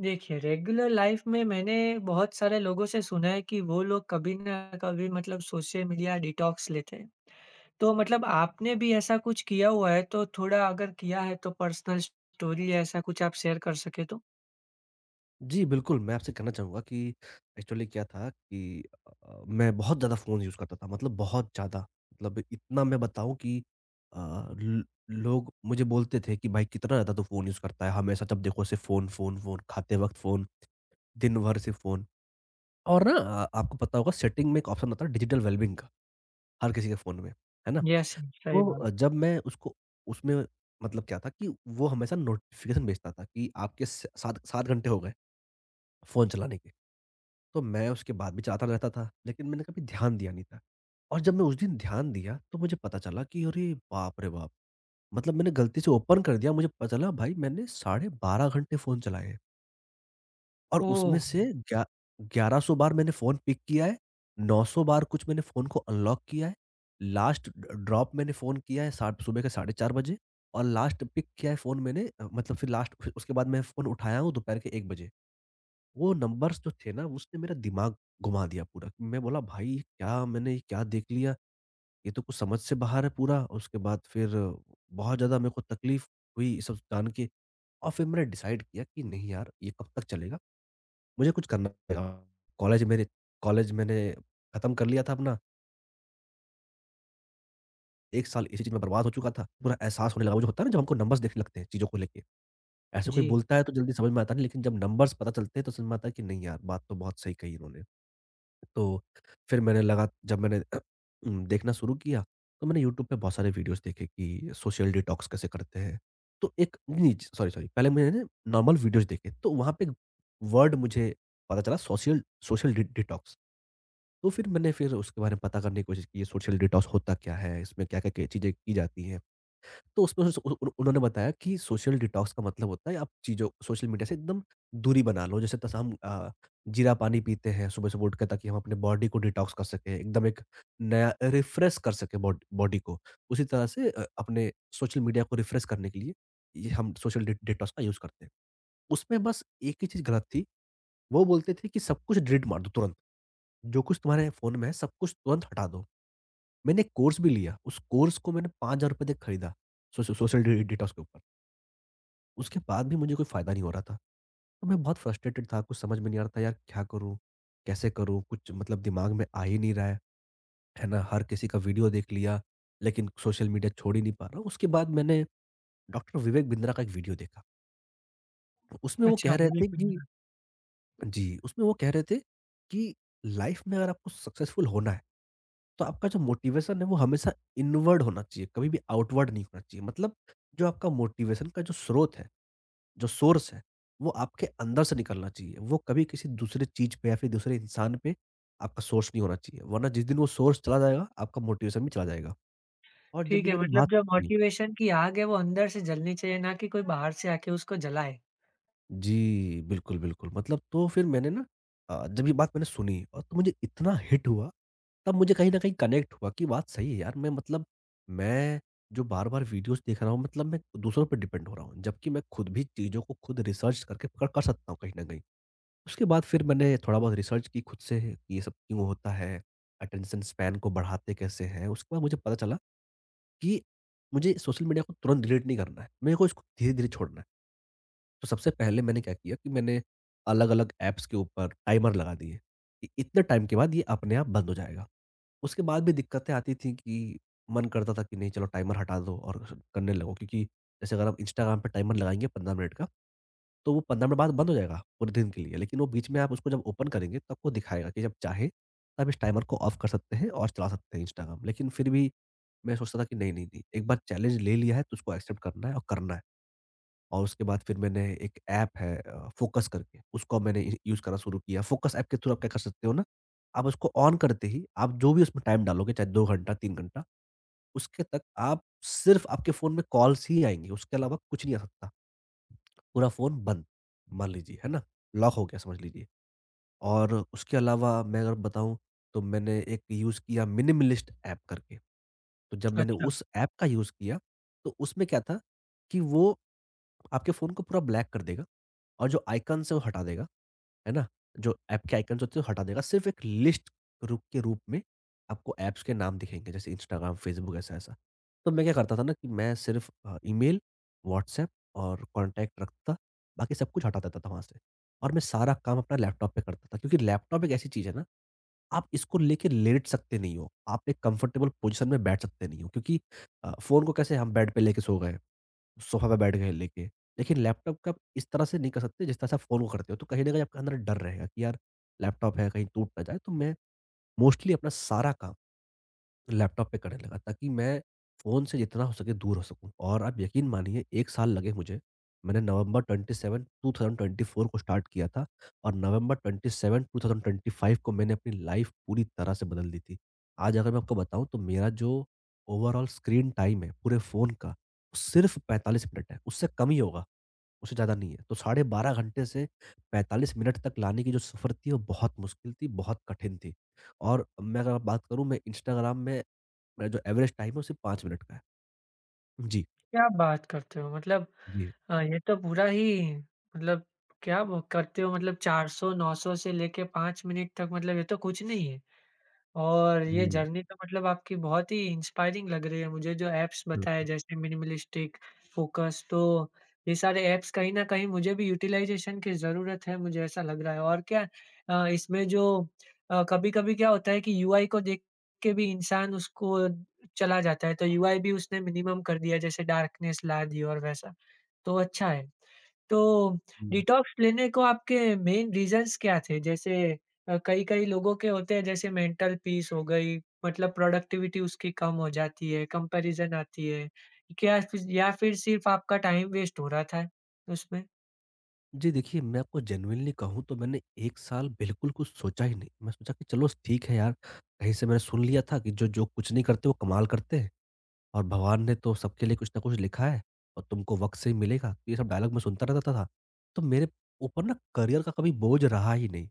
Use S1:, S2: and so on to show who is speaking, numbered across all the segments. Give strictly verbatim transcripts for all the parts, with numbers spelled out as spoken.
S1: देखिए, regular life में मैंने बहुत सारे लोगों से सुना है कि वो लोग कभी ना कभी मतलब सोशल मीडिया डिटॉक्स लेते हैं। तो मतलब आपने भी ऐसा कुछ किया हुआ है, तो थोड़ा अगर किया है तो पर्सनल स्टोरी या ऐसा कुछ आप शेयर कर सकें तो?
S2: जी, बिल्कुल, मैं आपसे कहना चाहूँगा कि एक्चुअली क्या था कि अ अ, मैं बहुत ज़्यादा फ़ोन यूज़ करता था, मतलब बहुत ज़्यादा। मतलब इतना मैं बताऊँ कि अ, ल लोग मुझे बोलते थे कि, "भाई, कितना ज़्यादा तू फ़ोन यूज़ करता है, हमेशा जब देखो सिर्फ़ फ़ोन, फ़ोन, फ़ोन, खाते वक़्त फ़ोन, दिन भर सिर्फ़ फ़ोन।" और ना अ, आपको पता होगा सेटिंग में एक ऑप्शन आता है डिजिटल वेलबीइंग का, हर किसी के फ़ोन में, है ना?
S1: यस, यस, सही
S2: तो
S1: बात।
S2: अ, जब मैं उसको उसमें मतलब क्या था कि वो हमेशा नोटिफ़िकेशन भेजता था कि आपके स सात 7 घंटे हो गए फ़ोन चलाने के। तो मैं उसके बाद भी चलाता रहता था, लेकिन मैंने कभी ध्यान दिया नहीं था। और जब मैं उस दिन ध्यान दिया तो मुझे पता चला कि अरे बाप रे बाप! मतलब मैंने गलती से ओपन कर दिया, मुझे पता चला भाई मैंने साढ़े बारह घंटे फ़ोन चलाए हैं और
S1: ओह!
S2: उसमें से ग्या ग्यारह सौ बार मैंने फ़ोन पिक किया है, नौ सौ बार कुछ मैंने फ़ोन को अनलॉक किया है, लास्ट ड ड्रॉप मैंने फ़ोन किया है साढ़ सुबह के साढ़े चार बजे और लास्ट पिक किया है फ़ोन मैंने अ, मतलब फिर लास्ट फिर उसके बाद मैं फ़ोन उठाया हूँ दोपहर के एक बजे। वो नंबर्स जो थे ना उसने मेरा दिमाग घुमा दिया पूरा। मैं बोला भाई ये क्या मैंने ये क्या देख लिया? ये तो कुछ समझ से बाहर है पूरा। और उसके बाद फिर बहुत ज़्यादा मेरे को तकलीफ़ हुई ये सब जान के और फिर मैंने डिसाइड किया कि नहीं यार ये कब तक चलेगा? मुझे कुछ करना पड़ेगा। कॉलेज मेरे कॉलेज मैंने खत्म कर लिया था अपना। एक साल इसी चीज़ में बर्बाद हो चुका था। पूरा एहसास होने लगा वो जो होता है ना जब हमको नंबर्स दिखने लगते हैं चीज़ों को लेके। ऐसे कोई
S1: जी,
S2: बोलता है तो जल्दी समझ में आता नहीं लेकिन जब नंबर्स पता चलते हैं तो समझ में आता है कि नहीं यार बात तो बहुत सही कही इन्होंने। तो फिर मैंने लगा जब मैंने उम, देखना शुरू किया, तो मैंने यूट्यूब पे बहुत सारे वीडियोज़ देखे कि सोशल डिटॉक्स कैसे करते हैं। तो एक नीज सॉरी, सॉरी, पहले मैंने नॉर्मल वीडियोज़ देखे, तो वहाँ पे वर्ड मुझे पता चला सोशियल सोशल डि डिटॉक्स। तो फिर मैंने फिर उसके बारे में पता करने की कोशिश की, ये सोशल डिटॉक्स होता क्या है? इसमें क्या-क्या के चीज़ें की जाती हैं? तो उसमें उस उ उ- उन्होंने बताया कि सोशल डिटॉक्स का मतलब होता है आप चीज़ों सोशल मीडिया से एकदम दूरी बना लो। जैसे तस हम अ, जीरा पानी पीते हैं सुबह-सुबह उठकर ताकि हम अपने बॉडी को डिटॉक्स कर सकें, एकदम एक नया रिफ्रेश कर सकें बॉड बॉडी को। उसी तरह से अ, अपने सोशल मीडिया को रिफ्रेश करने के लिए ये हम सोशल डि डिटॉक्स का यूज़ करते हैं। उसमें बस एक ही चीज़ गलत थी, वो बोलते थे कि सब कुछ डिलीट मार दो तुरंत। जो कुछ तुम्हारे फ़ोन में है सब कुछ तुरंत हटा दो। मैंने एक कोर्स भी लिया, उस कोर्स को मैंने ₹पाँच हज़ार देके खरीदा, सोश सोशल डि डिटॉक्स के ऊपर। उसके बाद भी मुझे कोई फ़ायदा नहीं हो रहा था। तो मैं बहुत फ्रस्ट्रेटेड था, कुछ समझ में नहीं आ रहा था यार क्या करूँ? कैसे करूँ? कुछ मतलब दिमाग में आ ही नहीं रहा है, है ना? हर किसी का वीडियो देख लिया, लेकिन सोशल मीडिया छोड़ ही नहीं पा रहा हूँ। उसके बाद मैंने डॉक्टर विवेक बिंद्रा का एक वीडियो देखा। तो उसमें वो कह
S1: अच्छा
S2: रहे थे
S1: बिल्कुल।
S2: कि जी, उसमें वो कह रहे थे कि लाइफ़ में अगर आपको सक्सेसफुल होना है, तो आपका जो मोटिवेशन है वो हमेशा इनवर्ड होना चाहिए, कभी भी आउटवर्ड नहीं होना चाहिए। मतलब जो आपका मोटिवेशन का जो स्रोत है जो सोर्स है, वो आपके अंदर से निकलना चाहिए। वो कभी किसी दूसरे चीज़ पे या फिर दूसरे इंसान पे आपका सोर्स नहीं होना चाहिए, वरना जिस दिन वो सोर्स चला जाएगा, आपका मोटिवेशन भी चला जाएगा। और जब
S1: ठीक
S2: भी
S1: है,
S2: मैंने
S1: मतलब
S2: बात
S1: जो
S2: सुनी।
S1: मोटिवेशन की आग है वो अंदर से जलनी चाहिए, ना कि कोई बाहर से आके उसको जलाए।
S2: जी, बिल्कुल, बिल्कुल। मतलब तो फिर मैंने ना अ, जब ये बात मैंने सुनी और तो मुझे इतना हिट हुआ, तब मुझे कहीं न कहीं कनेक्ट हुआ कि बात सही है यार। मैं मतलब मैं जो बार-बार वीडियोज़ देख रहा हूँ मतलब मैं दूसरों पे डिपेंड हो रहा हूँ, जबकि मैं खुद भी चीज़ों को खुद रिसर्च करके कर कर सकता हूँ कहीं न कहीं। उसके बाद फिर मैंने थोड़ा बहुत रिसर्च की खुद से कि ये सब क्यों होता है, अटेंशन स्पैन को बढ़ाते कैसे हैं। उसके बाद मुझे पता चला कि मुझे सोशल मीडिया को तुरंत डिलीट नहीं करना है, मेरे को इसको धीरे-धीरे छोड़ना है। तो सबसे पहले मैंने क्या किया कि मैंने अलग-अलग ऐप्स के ऊपर टाइमर लगा दिए कि इतने टाइम के बाद ये अपने आप बंद हो जाएगा। उसके बाद भी दिक्कतें आती थी कि मन करता था कि नहीं चलो टाइमर हटा दो और करने लगो क्योंकि जैसे अगर आप इंस्टाग्राम पे टाइमर लगाएँगे पंद्रह मिनट का, तो वो पंद्रह मिनट बाद बंद हो जाएगा पूरे दिन के लिए। लेकिन वो बीच में आप उसको जब ओपन करेंगे तो आपको दिखाएगा कि जब चाहे तब इस टाइमर को ऑफ कर सकते हैं और चला सकते हैं इंस्टाग्राम। लेकिन फिर भी मैं सोचता था कि नहीं, नहीं, नहीं, एक बार चैलेंज ले लिया है तो उसको एक्सेप्ट करना है और करना है। और उसके बाद फिर मैंने एक ऐप है अ, फोकस करके उसको मैंने इ यूज़ करना शुरू किया। फोकस ऐप के थ्रू आप क्या कर सकते हो ना, आप उसको ऑन करते ही आप जो भी उसमें टाइम डालोगे चाहे दो घंटा, तीन घंटा उसके तक आप सिर्फ़ आपके फ़ोन में कॉल्स ही आएँगी, उसके अलावा कुछ नहीं आ सकता। पूरा फ़ोन बंद, मान लीजिए, है ना? लॉक हो गया समझ लीजिए, और उसके अलावा मैं अगर बताऊँ तो मैंने एक यूज़ किया मिनिमलिस्ट ऐप करके। तो जब मैंने
S1: अच्छा।
S2: उस ऐप का यूज़ किया, तो उसमें क्या था कि वो आपके फ़ोन को पूरा ब्लैक कर देगा और जो आइकन्स हैं वो हटा देगा, है ना? जो ऐप के आइकन्स होते हैं वो हटा देगा, सिर्फ़ एक लिस्ट रू के रूप में आपको ऐप्स के नाम दिखेंगे, जैसे इंस्टाग्राम, फेसबुक ऐसा-ऐसा। तो मैं क्या करता था ना कि मैं सिर्फ़ अ, ईमेल, व्हाट्सऐप और कॉन्टैक्ट रखता, बाकी सब कुछ हटा देता था वहाँ से, और मैं सारा काम अपना लैपटॉप पे करता था क्योंकि लैपटॉप एक ऐसी चीज़ है ना, आप इसको लेके लेट सकते नहीं हो, आप एक कम्फ़र्टेबल पोज़ीशन में बैठ सकते नहीं हो क्योंकि अ, फ़ोन को कैसे हम बेड पे लेके सो गए। सोफ़ा पे बैठ के लेके। लेकिन लैपटॉप का आप इस तरह से नहीं कर सकते जिस तरह से आप फ़ोन को करते हो। तो कहीं न कहीं आपके अंदर डर रहेगा कि यार लैपटॉप है, कहीं टूट ना जाए। तो मैं मोस्टली अपना सारा काम लैपटॉप पे करने लगा ताकि मैं फ़ोन से जितना हो सके दूर हो सकूँ, और आप यकीन मानिए एक साल लगे मुझे। मैंने नवंबर सत्ताईस ट्वेंटी ट्वेंटी फ़ोर को स्टार्ट किया था और नवंबर सत्ताईस ट्वेंटी ट्वेंटी फ़ाइव को मैंने अपनी लाइफ़ पूरी तरह से बदल दी थी। आज अगर मैं आपको बताऊँ तो मेरा जो ओवरऑल स्क्रीन टाइम है पूरे फ़ोन का, सिर्फ़ पैंतालीस मिनट है, उससे कम ही होगा, उससे ज़्यादा नहीं है। तो साढ़े बारह घंटे से पैंतालीस मिनट तक लाने की जो सफ़र थी वो बहुत मुश्किल थी, बहुत कठिन थी। और मैं अगर बात करूँ मैं इंस्टाग्राम में मेरा जो एवरेज टाइम है, वो सिर्फ़ पाँच मिनट का है। जी।
S1: क्या बात करते हो? मतलब
S2: जी।
S1: अ, ये तो पूरा ही मतलब क्या ब करते हो मतलब चार सौ, नौ सौ से लेके 5 मिनट तक मतलब ये तो कुछ नहीं है। और ये
S2: जी,
S1: जर्नी तो मतलब आपकी बहुत ही इंस्पायरिंग लग रही है मुझे जो ऐप्स बताए
S2: बिल्कुल।
S1: जैसे मिनिमलिस्टिक, फ़ोकस तो ये सारे ऐप्स कहीं न कहीं मुझे भी यूटिलाइज़ेशन की ज़रूरत है, मुझे ऐसा लग रहा है। और क्या अ, इसमें जो अ, कभी-कभी क्या होता है कि यूआई को देख के भी इंसान उसको चला जाता है, तो यूआई भी उसने मिनिमम कर दिया जैसे डार्कनेस ला दी और वैसा, तो अच्छा है। तो
S2: हुँ।
S1: डिटॉक्स लेने को आपके मेन रीज़न्स क्या थे? जैसे अ, कई-कई लोगों के होते हैं जैसे मेंटल पीस हो गई, मतलब प्रोडक्टिविटी उसकी कम हो जाती है, कंपैरिज़न आती है। क्या फ़िर या फ़िर सिर्फ़ आपका टाइम वेस्ट हो रहा था उसमें?
S2: जी, देखिए मैं आपको जेनुइनली कहूँ तो मैंने एक साल बिल्कुल कुछ सोचा ही नहीं। मैं सोचा कि चलो ठीक है यार, कहीं से मैंने सुन लिया था कि जो जो कुछ नहीं करते वो कमाल करते हैं। और भगवान ने तो सबके लिए कुछ ना कुछ लिखा है और तुमको वक़्त से ही मिलेगा। तो ये सब डायलॉग मैं सुनता रहता था। तो मेरे ऊपर ना करियर का कभी बोझ रहा ही नहीं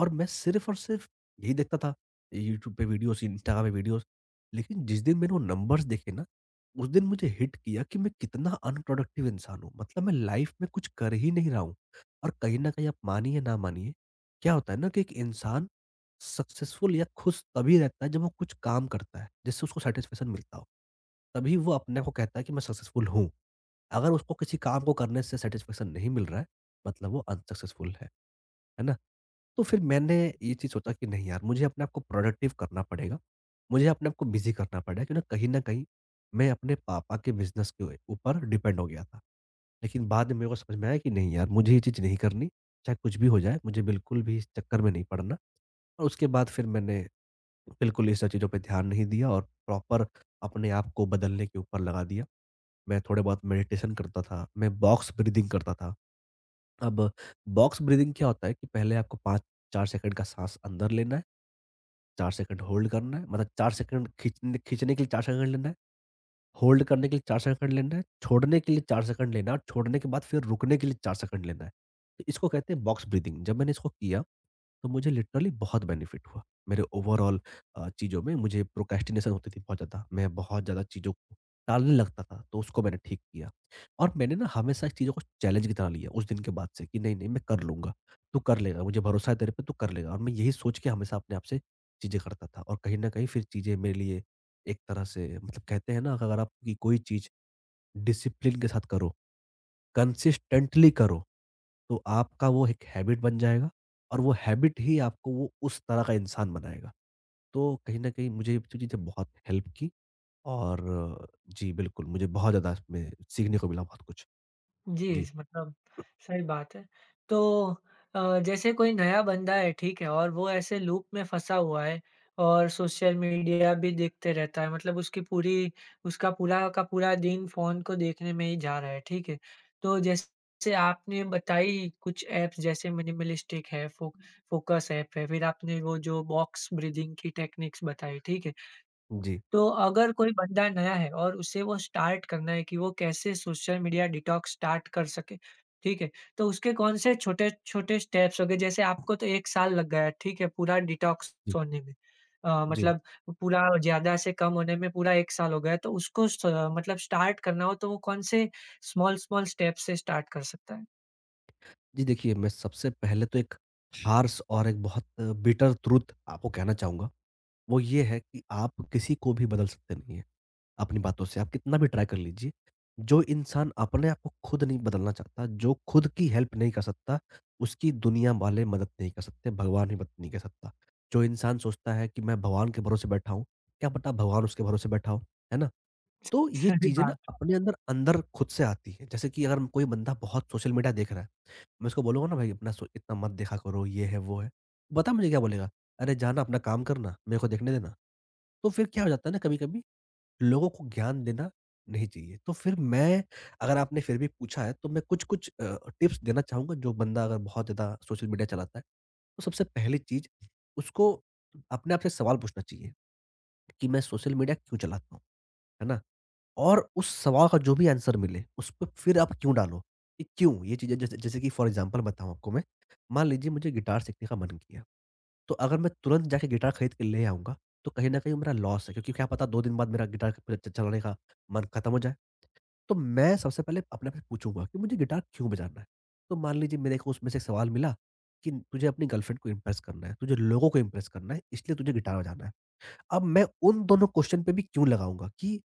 S2: और मैं सिर्फ़ और सिर्फ़ यही देखता था, यूट्यूब पे वीडियोज़, इंस्टाग्राम पे वीडियोज़। लेकिन जिस दिन मैंने वो नंबर्स देखे ना, उस दिन मुझे हिट किया कि मैं कितना अनप्रोडक्टिव इंसान हूँ। मतलब मैं लाइफ़ में कुछ कर ही नहीं रहा हूँ और कहीं न कहीं आप मानिए ना मानिए, क्या होता है ना कि एक इंसान सक्सेसफुल या खुश तभी रहता है जब वो कुछ काम करता है, जिससे उसको सैटिस्फैक्शन मिलता हो। तभी वो अपने आप को कहता है कि मैं सक्सेसफुल हूँ। अगर उसको किसी काम को करने से सैटिस्फैक्शन नहीं मिल रहा है, मतलब वो अनसक्सेसफुल है। है ना? तो फिर मैंने ये चीज़ सोचा कि नहीं यार, मुझे अपने आप को प्रोडक्टिव करना पड़ेगा। मुझे अपने आप को बिज़ी करना पड़ेगा क्योंकि कहीं न कहीं मैं अपने पापा के बिज़नेस के ऊपर डिपेंड हो गया था। लेकिन बाद में मेरे को समझ में आया कि नहीं यार, मुझे ये चीज़ नहीं करनी। चाहे कुछ भी हो जाए, मुझे बिल्कुल भी इस चक्कर में नहीं पड़ना। और उसके बाद फिर मैंने बिल्कुल ये सब चीज़ों पे ध्यान नहीं दिया और प्रॉपर अपने आप को बदलने के ऊपर लगा दिया। मैं थोड़े बहुत मेडिटेशन करता था, मैं बॉक्स ब्रीथिंग करता था। अब बॉक्स ब्रीथिंग क्या होता है कि पहले आपको पाँच चार सेकंड का साँस अंदर लेना है, चार सेकंड होल्ड करना है, मतलब चार सेकंड खींचने खींचने के लिए चार सेकंड लेना है, होल्ड करने के लिए चार सेकंड लेना है, छोड़ने के लिए चार सेकंड लेना है और छोड़ने के बाद फिर रुकने के लिए चार सेकंड लेना है। तो इसको कहते हैं बॉक्स ब्रीथिंग। जब मैंने इसको किया तो मुझे लिटरली बहुत बेनिफिट हुआ। मेरे ओवरॉल अ, चीज़ों में मुझे प्रोक्रेस्टिनेशन होती थी बहुत ज़्यादा। मैं बहुत ज़्यादा चीज़ों को टालने लगता था, तो उसको मैंने ठीक किया। और मैंने ना हमेशा इस चीज़ों को चैलेंज की तरह लिया उस दिन के बाद से कि नहीं, नहीं मैं कर लूँगा। तू कर लेगा, मुझे भरोसा है तेरे पे तू कर लेगा। और मैं यही सोच के हमेशा अपने आप से चीज़ें करता था। और कहीं न कहीं फिर चीज़ें मेरे लिए एक तरह से मतलब कहते हैं ना अगर आप की कोई चीज़ डिसिप्लिन के साथ करो, कंसिस्टेंटली करो, तो आपका वो एक हैबिट बन जाएगा और वो हैबिट ही आपको वो उस तरह का इंसान बनाएगा। तो कहीं न कहीं मुझे ये चीज़ें बहुत हेल्प की और जी, बिल्कुल मुझे बहुत ज़्यादा इसमें सीखने को मिला बहुत कुछ।
S1: जी,
S2: जी।
S1: मतलब सही बात है। तो अ, जैसे कोई नया बंदा है, ठीक है, और वो ऐसे लूप में फँसा हुआ है और सोशल मीडिया भी देखते रहता है, मतलब उसकी पूरी उसका पूरा का पूरा दिन फ़ोन को देखने में ही जा रहा है, ठीक है। तो जैसे आपने बताई कुछ ऐप्स जैसे मिनिमलिस्टिक है, फो फ़ोकस ऐप है, फिर आपने वो जो बॉक्स ब्रीथिंग की टेक्निक्स बताई, ठीक है।
S2: जी,
S1: तो अगर कोई बंदा नया है और उसे वो स्टार्ट करना है कि वो कैसे सोशल मीडिया डिटॉक्स स्टार्ट कर सके, ठीक है? तो उसके कौन से छोटे-छोटे स्टेप्स हो गए? जैसे आपको तो 1 साल लग गया, ठीक है? पूरा डिटॉक्स
S2: जी,
S1: होने में। अ,
S2: जी।
S1: मतलब पूरा ज़्यादा से कम होने में पूरा 1 साल हो गया, तो उसको स मतलब स्टार्ट करना हो तो वो कौन से स्मॉल-स्मॉल स्टेप से स्टार्ट कर सकता है?
S2: जी, देखिए मैं सबसे पहले तो एक हार्श और एक बहुत बिटर ट्रुथ आपको कहना चाहूँगा। वो ये है कि आप किसी को भी बदल सकते नहीं हैं, अपनी बातों से। आप कितना भी ट्राई कर लीजिए, जो इंसान अपने आप को खुद नहीं बदलना चाहता, जो खुद की हेल्प नहीं कर सकता, उसकी दुनिया वाले मदद नहीं कर सकते, भगवान भी मदद नहीं कर सकता। जो इंसान सोचता है कि मैं भगवान के भरोसे बैठा हूँ, क्या पता भगवान उसके भरोसे बैठा हो, है ना? तो ये
S1: सही
S2: चीज़ें ना
S1: बात।
S2: अपने अंदर अंदर खुद से आती हैं। जैसे कि अगर कोई बंदा बहुत सोशल मीडिया देख रहा है, मैं उसको बोलूँगा ना भाई अपना सो इतना मत देखा करो, ये है, वो है। पता है मुझे क्या बोलेगा? अरे जाना अपना काम करना, मेरे को देखने देना। तो फिर क्या हो जाता है ना कभी-कभी लोगों को ज्ञान देना नहीं चाहिए। तो फिर मैं, अगर आपने फिर भी पूछा है तो मैं कुछ-कुछ अ, टिप्स देना चाहूँगा जो बंदा अगर बहुत ज़्यादा सोशल मीडिया चलाता है। तो सबसे पहली चीज़ उसको अपने आप से सवाल पूछना चाहिए कि मैं सोशल मीडिया क्यों चलाता हूँ, है ना? और उस सवाल का जो भी आंसर मिले उस पे फिर आप क्यों डालो कि क्यों? ये चीज़ें जैसे जैसे कि फॉर एग्ज़ाम्पल बताऊँ आपको मैं, मान लीजिए मुझे गिटार सीखने का मन किया। तो अगर मैं तुरंत जाके गिटार खरीद के ले आऊँगा, तो कहीं न कहीं मेरा लॉस है क्योंकि क्या पता दो दिन बाद मेरा गिटार क च चलाने का मन खत्म हो जाए। तो मैं सबसे पहले अपने आप से पूछूँगा कि मुझे गिटार क्यों बजाना है? तो मान लीजिए मेरे को उसमें से एक सवाल मिला कि तुझे अपनी गर्लफ्रेंड को इम्प्रेस करना है, तुझे लोगों को इम्प्रेस करना है इसलिए तुझे गिटार बजाना है। अब मैं उन दोनों क्वेश्चन पे भी क्यों लगाऊँगा कि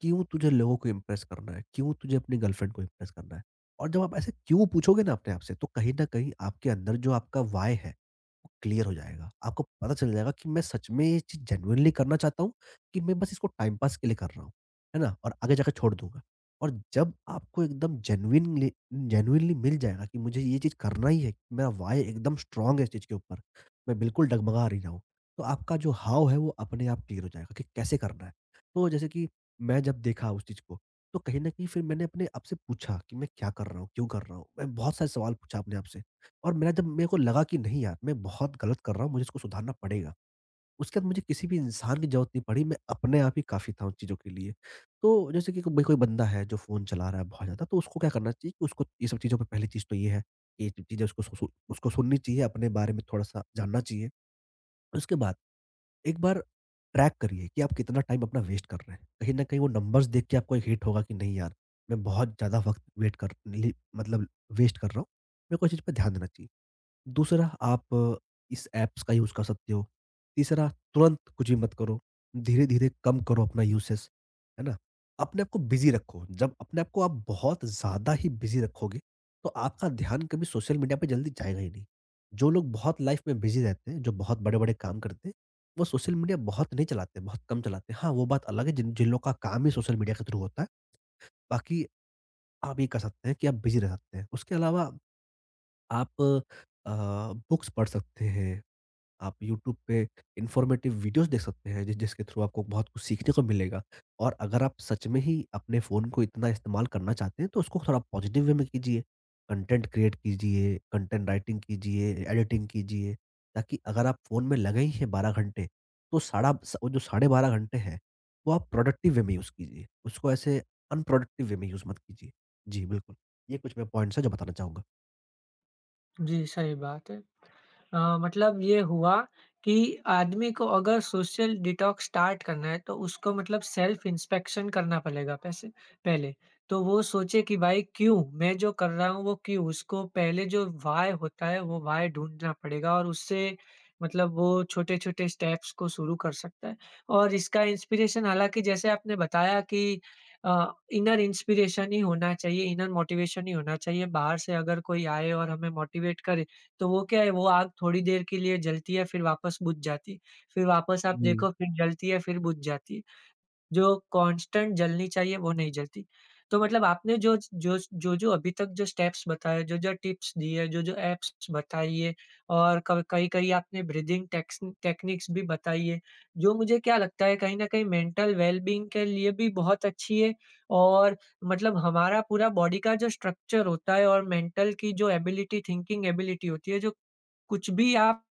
S2: क्यों तुझे लोगों को इम्प्रेस करना है? क्यों तुझे अपनी गर्लफ्रेंड को इम्प्रेस करना है? और जब आप ऐसे क्यों पूछोगे ना अपने आप से, तो कहीं न कहीं आपके अंदर जो आपका व्हाय है, वो क्लियर हो जाएगा। आपको पता चल जाएगा कि मैं सच में ये चीज़ जेनुइनली करना चाहता हूँ कि मैं बस इसको टाइम पास के लिए कर रहा हूँ, है ना? और आगे जाके छोड़ दूँगा। और जब आपको एकदम जेनुइनली जेनुइनली मिल जाएगा कि मुझे ये चीज़ करना ही है, मेरा व्हाय एकदम स्ट्रॉन्ग है इस चीज़ के ऊपर, मैं बिल्कुल डगमगा नहीं रहा हूँ। तो आपका जो हाव है वो अपने आप क्लियर हो जाएगा कि कैसे करना है। तो जैसे कि मैं जब देखा उस चीज़ को, तो कहीं न कहीं फिर मैंने अपने आप से पूछा कि मैं क्या कर रहा हूँ, क्यों कर रहा हूँ? मैं बहुत सारे सवाल पूछा अपने आप से और मेरा जब मेरे को लगा कि नहीं यार, मैं बहुत गलत कर रहा हूँ, मुझे इसको सुधारना पड़ेगा। उसके बाद मुझे किसी भी इंसान की ज़रूरत नहीं पड़ी, मैं अपने आप ही काफ़ी था उन चीज़ों के लिए। तो जैसे कि कोई कोई बंदा है जो फ़ोन चला रहा है बहुत ज़्यादा, तो उसको क्या करना चाहिए कि उसको ये सब चीज़ों पे पहली चीज़ तो ये है, ये चीज़ें उसको सु सु उसको सुननी चाहिए, अपने बारे में थोड़ा-सा जानना चाहिए। उसके बाद एक बार ट्रैक करिए कि आप कितना टाइम अपना वेस्ट कर रहे हैं। कहीं न कहीं वो नंबर्स देख के आपको एक हिट होगा कि नहीं यार, मैं बहुत ज़्यादा वक़्त वेट कर ली मतलब वेस्ट कर रहा हूँ। मेरे को इस चीज़ पे ध्यान देना चाहिए। दूसरा आप अ, इस ऐप्स का यूज़ कर सकते हो। तीसरा तुरंत कुछ भी मत करो, धीरे-धीरे कम करो अपना यूसेज़, है ना? अपने आप को बिज़ी रखो, जब अपने आप को आप बहुत ज़्यादा ही बिज़ी रखोगे, तो आपका ध्यान कभी सोशल मीडिया पे जल्दी जाएगा ही नहीं। जो लोग बहुत लाइफ़ में बिज़ी रहते हैं, जो बहुत बड़े-बड़े काम करते हैं, वो सोशल मीडिया बहुत नहीं चलाते, बहुत कम चलाते हैं। हाँ, वो बात अलग है जिन जिन लोगों का काम ही सोशल मीडिया के थ्रू होता है, बाकी आप ये कर सकते हैं कि आप बिज़ी रह सकते हैं। उसके अलावा आप अ, बुक्स पढ़ सकते हैं, आप यूट्यूब पे इन्फॉर्मेटिव वीडियोज़ देख सकते हैं, जिस जिसके थ्रू आपको बहुत कुछ सीखने को मिलेगा और अगर आप सच में ही अपने फ़ोन को इतना इस्तेमाल करना चाहते हैं, तो उसको थोड़ा पॉज़िटिव वे में कीजिए। कंटेंट क्रिएट कीजिए, कंटेंट राइटिंग कीजिए, एडिटिंग कीजिए, ताकि अगर आप फ़ोन में लगे ही हैं बारह घंटे, तो साढ़ा स जो साढ़े बारह घंटे हैं, वो आप प्रोडक्टिव वे में यूज़ कीजिए। उसको ऐसे अनप्रोडक्टिव वे में यूज़ मत कीजिए। जी, बिल्कुल। ये कुछ मैं पॉइंट्स हैं, जो बताना चाहूँगा।
S1: जी, सही बात है। अ, मतलब ये हुआ कि आदमी को अगर सोशल डिटॉक्स स्टार्ट करना है तो उसको मतलब सेल्फ इंस्पेक्शन करना पड़ेगा पैसे पहले तो वो सोचे कि भाई क्यों मैं जो कर रहा हूँ वो क्यों उसको पहले जो वाय होता है वो वाय ढूंढना पड़ेगा और उससे मतलब वो छोटे छोटे स्टेप्स को शुरू कर सकता है और इसका इंस्पिरेशन हालांकि जैसे आपने बताया कि इनर इंस्पिरेशन ही होना चाहिए इनर मोटिवेशन ही होना चाहिए बाहर से अगर कोई आए और हमें मोटिवेट करे तो वो क्या है वो आग थोड़ी देर के लिए जलती है फिर वापस बुझ जाती है। फिर वापस आप
S2: जी,
S1: देखो फिर जलती है फिर बुझ जाती है। जो कांस्टेंट जलनी चाहिए वो नहीं जलती। तो मतलब आपने जो जो जो-जो अभी तक जो स्टेप्स बताए, जो-जो टिप्स दिए, जो-जो ऐप्स बताई है और क कई-कई आपने ब्रीथिंग टेक्स टेक्निक्स भी बताई है, जो मुझे क्या लगता है कहीं न कहीं मेंटल वेल-बीइंग के लिए भी बहुत अच्छी है और मतलब हमारा पूरा बॉडी का जो स्ट्रक्चर होता है और मेंटल की जो एबिलिटी थिंकिंग एबिलिटी होती है जो कुछ भी आप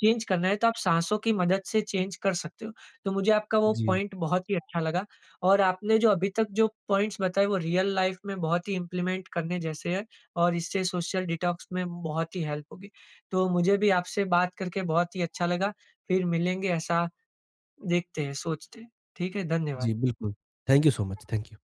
S1: चेंज करना है तो आप साँसों की मदद से चेंज कर सकते हो। तो मुझे आपका वो
S2: जी,
S1: पॉइंट बहुत ही अच्छा लगा और आपने जो अभी तक जो पॉइंट्स बताए वो रियल लाइफ़ में बहुत ही इम्प्लीमेंट करने जैसे हैं और इससे सोशल डिटॉक्स में बहुत ही हेल्प होगी। तो मुझे भी आपसे बात करके बहुत ही अच्छा लगा। फिर मिलेंगे ऐसा देखते हैं, सोचते हैं। ठीक है, धन्यवाद।
S2: जी, बिल्कुल। Thank you so much. Thank you.